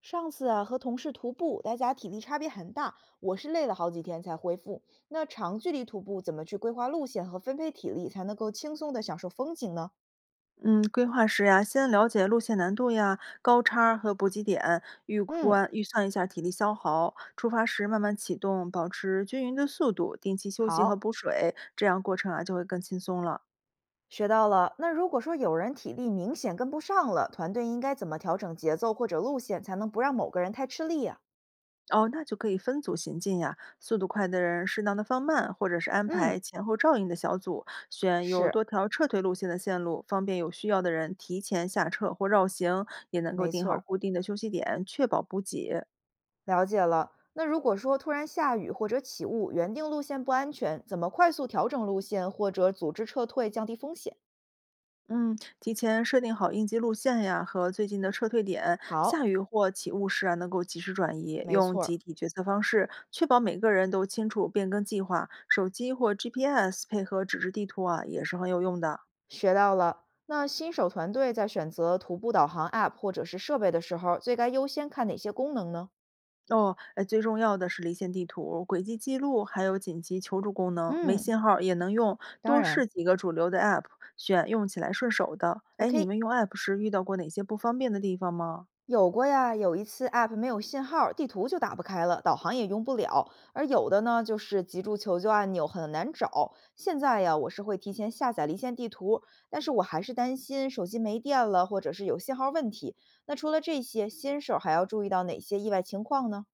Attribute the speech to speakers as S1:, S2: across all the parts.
S1: 上次啊，和同事徒步，大家体力差别很大，我是累了好几天才恢复。那长距离徒步怎么去规划路线和分配体力，才能够轻松的享受风景呢？
S2: 嗯，规划时呀，先了解路线难度呀、高差儿和补给点，预
S1: 嗯，
S2: 观预算一下体力消耗。出发时慢慢启动，保持均匀的速度，定期休息和
S1: 好，
S2: 补水，这样过程啊就会更轻松了。
S1: 学到了。那如果说有人体力明显跟不上了，团队应该怎么调整节奏或者路线，才能不让某个人太吃力呀、
S2: 哦，那就可以分组行进呀，速度快的人适当的放慢，或者是安
S1: 嗯，
S2: 排前后照应的小组，选有
S1: 是，
S2: 多条撤退路线的线路，方便有需要的人提前下撤或绕行，也能够
S1: 没
S2: 定
S1: 错
S2: 好
S1: 儿，
S2: 固定的休息点，确保补给。
S1: 了解了。那如果说突然下雨或者起雾，原定路线不安全，怎么快速调整路线或者组织撤退，降低风险？
S2: 嗯，提前设定好应急路线呀，和最近的撤退点，下
S1: 好，
S2: 雨或起雾时啊，能够及时转移，
S1: 没
S2: 用
S1: 错儿，
S2: 集体决策方式，确保每个人都清楚变更计划。手机或 GPS 配合纸质地图啊，也是很有用的。
S1: 学到了。那新手团队在选择徒步导航 App 或者是设备的时候，最该优先看哪些功能呢？
S2: 哦，哎，最重要的是离线地图、轨迹记录，还有紧急求助功能，没
S1: 嗯，
S2: 信号也能用。
S1: 当
S2: 多
S1: 然
S2: 试几个主流的 app，选用起来顺手的。哎，你
S1: ，OK，
S2: 们用 app 时遇到过哪些不方便的地方吗？
S1: 有过呀。有一次 App 没有信号，地图就打不开了，导航也用不了。而有的呢，就是急助求救按钮很难找。现在呀，我是会提前下载离线地图，但是我还是担心手机没电了，或者是有信号问题。那除了这些，新手还要注意到哪些意外情况呢？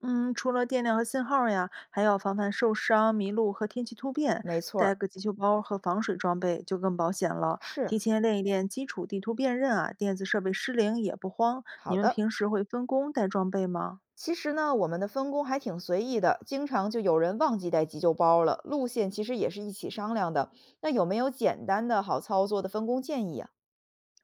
S2: 嗯，除了电量和信号呀，还要防范受伤、迷路和天气突变，
S1: 没错儿，
S2: 带个急救包和防水装备就更保险了。
S1: 是，
S2: 提前练一练基础地图辨认啊，电子设备失灵也不慌。
S1: 好
S2: 你们
S1: 的。
S2: 平时会分工带装备吗？
S1: 其实呢，我们的分工还挺随意的，经常就有人忘记带急救包了。路线其实也是一起商量的。那有没有简单的好操作的分工建议啊？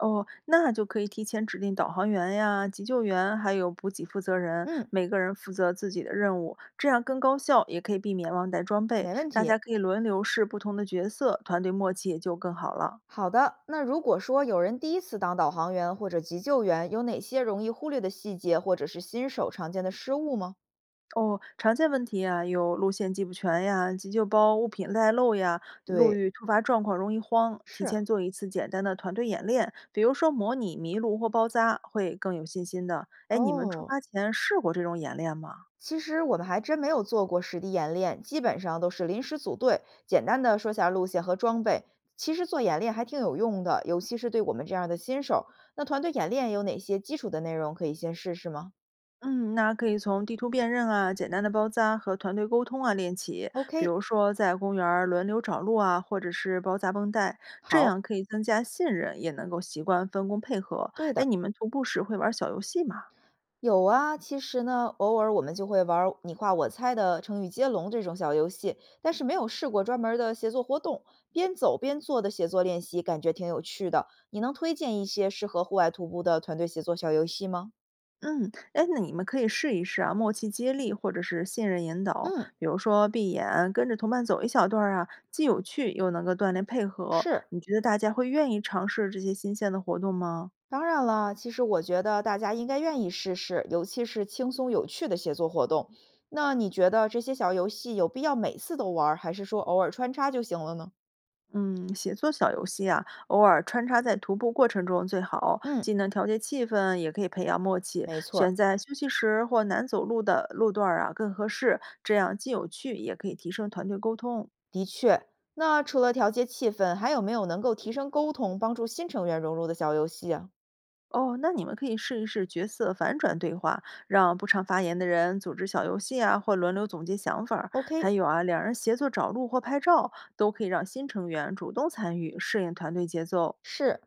S2: 哦，那就可以提前指定导航员呀、急救员，还有补给负责人，
S1: 嗯，
S2: 每个人负责自己的任务，这样更高效，也可以避免忘带装备。
S1: 没问
S2: 大
S1: 题。
S2: 家可以轮流试不同的角色，团队默契也就更好了。
S1: 好的，那如果说有人第一次当导航员或者急救员，有哪些容易忽略的细节或者是新手常见的失误吗？
S2: 哦，常见问题啊，有路线记不全呀，急救包物品带漏呀，路遇
S1: 对，
S2: 突发状况容易慌。
S1: 是
S2: 提
S1: 啊，
S2: 前做一次简单的团队演练，比如说模拟迷路或包扎，会更有信心的。哎，你们出
S1: 哦。
S2: 发前试过这种演练吗？
S1: 其实我们还真没有做过实地演练，基本上都是临时组队，简单的说下路线和装备。其实做演练还挺有用的，尤其是对我们这样的新手。那团队演练有哪些基础的内容可以先试试吗
S2: 嗯，那可以从地图辨认啊、简单的包扎和团队沟通啊练起，比
S1: ？OK，
S2: 如说在公园儿轮流找路啊，或者是包扎绷带，这
S1: 好，
S2: 样可以增加信任，也能够习惯分工配合。
S1: 对
S2: 哎，
S1: 的，
S2: 你们徒步时会玩小游戏吗？
S1: 有啊。其实呢，偶尔我们就会玩儿你画我猜的成语接龙这种小游戏，但是没有试过专门儿的协作活动，边走边做的协作练习，感觉挺有趣的。你能推荐一些适合户外徒步的团队协作小游戏吗？
S2: 嗯，哎，那你们可以试一试啊，默契接力或者是信任引导，
S1: 嗯。
S2: 比如说闭眼跟着同伴走一小段儿啊，既有趣又能够锻炼配合。
S1: 是，
S2: 你觉得大家会愿意尝试这些新鲜的活动吗？
S1: 当然了，其实我觉得大家应该愿意试试，尤其是轻松有趣的写作活动。那你觉得这些小游戏有必要每次都玩儿，还是说偶尔穿插就行了呢？
S2: 嗯，写作小游戏啊，偶尔穿插在徒步过程中最好，
S1: 嗯，
S2: 既能调节气氛，也可以培养默契。
S1: 没错儿，
S2: 选在休息时或难走路的路段儿啊更合适，这样既有趣，也可以提升团队沟通。
S1: 的确。那除了调节气氛，还有没有能够提升沟通、帮助新成员融入的小游戏啊
S2: 哦，那你们可以试一试角色反转对话，让不常发言的人组织小游戏啊，或轮流总结想法儿
S1: ？OK，
S2: 还有啊，两人协作找路或拍照，都可以让新成员主动参与，适应团队节奏。
S1: 是。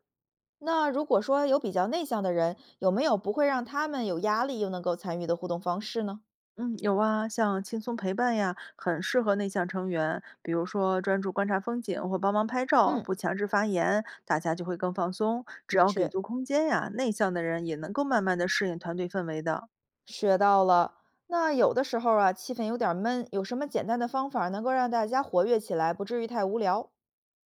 S1: 那如果说有比较内向的人，有没有不会让他们有压力又能够参与的互动方式呢？
S2: 嗯，有啊，像轻松陪伴呀，很适合内向成员，比如说专注观察风景或帮忙拍照，
S1: 嗯，
S2: 不强制发言，大家就会更放松。只
S1: 的
S2: 要给
S1: 确，
S2: 足空间呀，内向的人也能够慢慢的适应团队氛围的。
S1: 学到了。那有的时候啊，气氛有点儿闷，有什么简单的方法能够让大家活跃起来，不至于太无聊？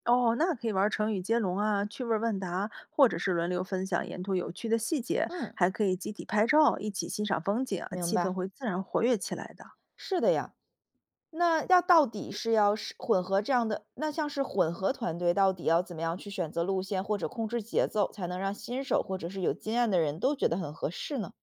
S2: 哦，那可以玩成语接龙啊、趣味问答，或者是轮流分享沿途有趣的细节，
S1: 嗯，
S2: 还可以集体拍照，一起欣赏风景啊，
S1: 明
S2: 气氛
S1: 白。
S2: 会自然活跃起来的。
S1: 是的呀。那要到底是要是混合这样的，那像是混合团队，到底要怎么样去选择路线或者控制节奏，才能让新手或者是有经验的人都觉得很合适呢？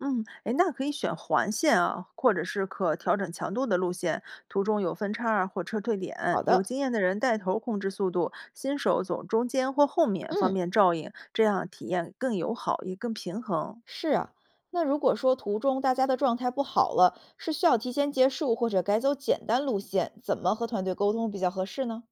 S2: 嗯，哎，那可以选环线啊，或者是可调整强度的路线，途中有分叉儿或撤退
S1: 好
S2: 点，有
S1: 的，
S2: 经验的人带头控制速度，新手走中间或后面，方
S1: 嗯，
S2: 便照应，这样体验更友好，也更平衡。
S1: 是啊。那如果说途中大家的状态不好了，是需要提前结束或者改走简单路线，怎么和团队沟通比较合适呢？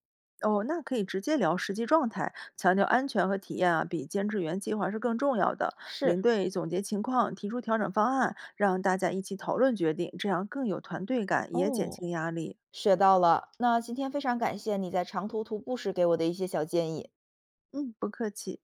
S2: 哦，那可以直接聊实际状态，强调安全和体验啊，比监制原计划是更重要的。领
S1: 是，
S2: 队总结情况，提出调整方案，让大家一起讨论决定，这样更有团队感，也减
S1: 哦。
S2: 轻压力。
S1: 学到了，那今天非常感谢你在长途徒步时给我的一些小建议。
S2: 嗯，不客气。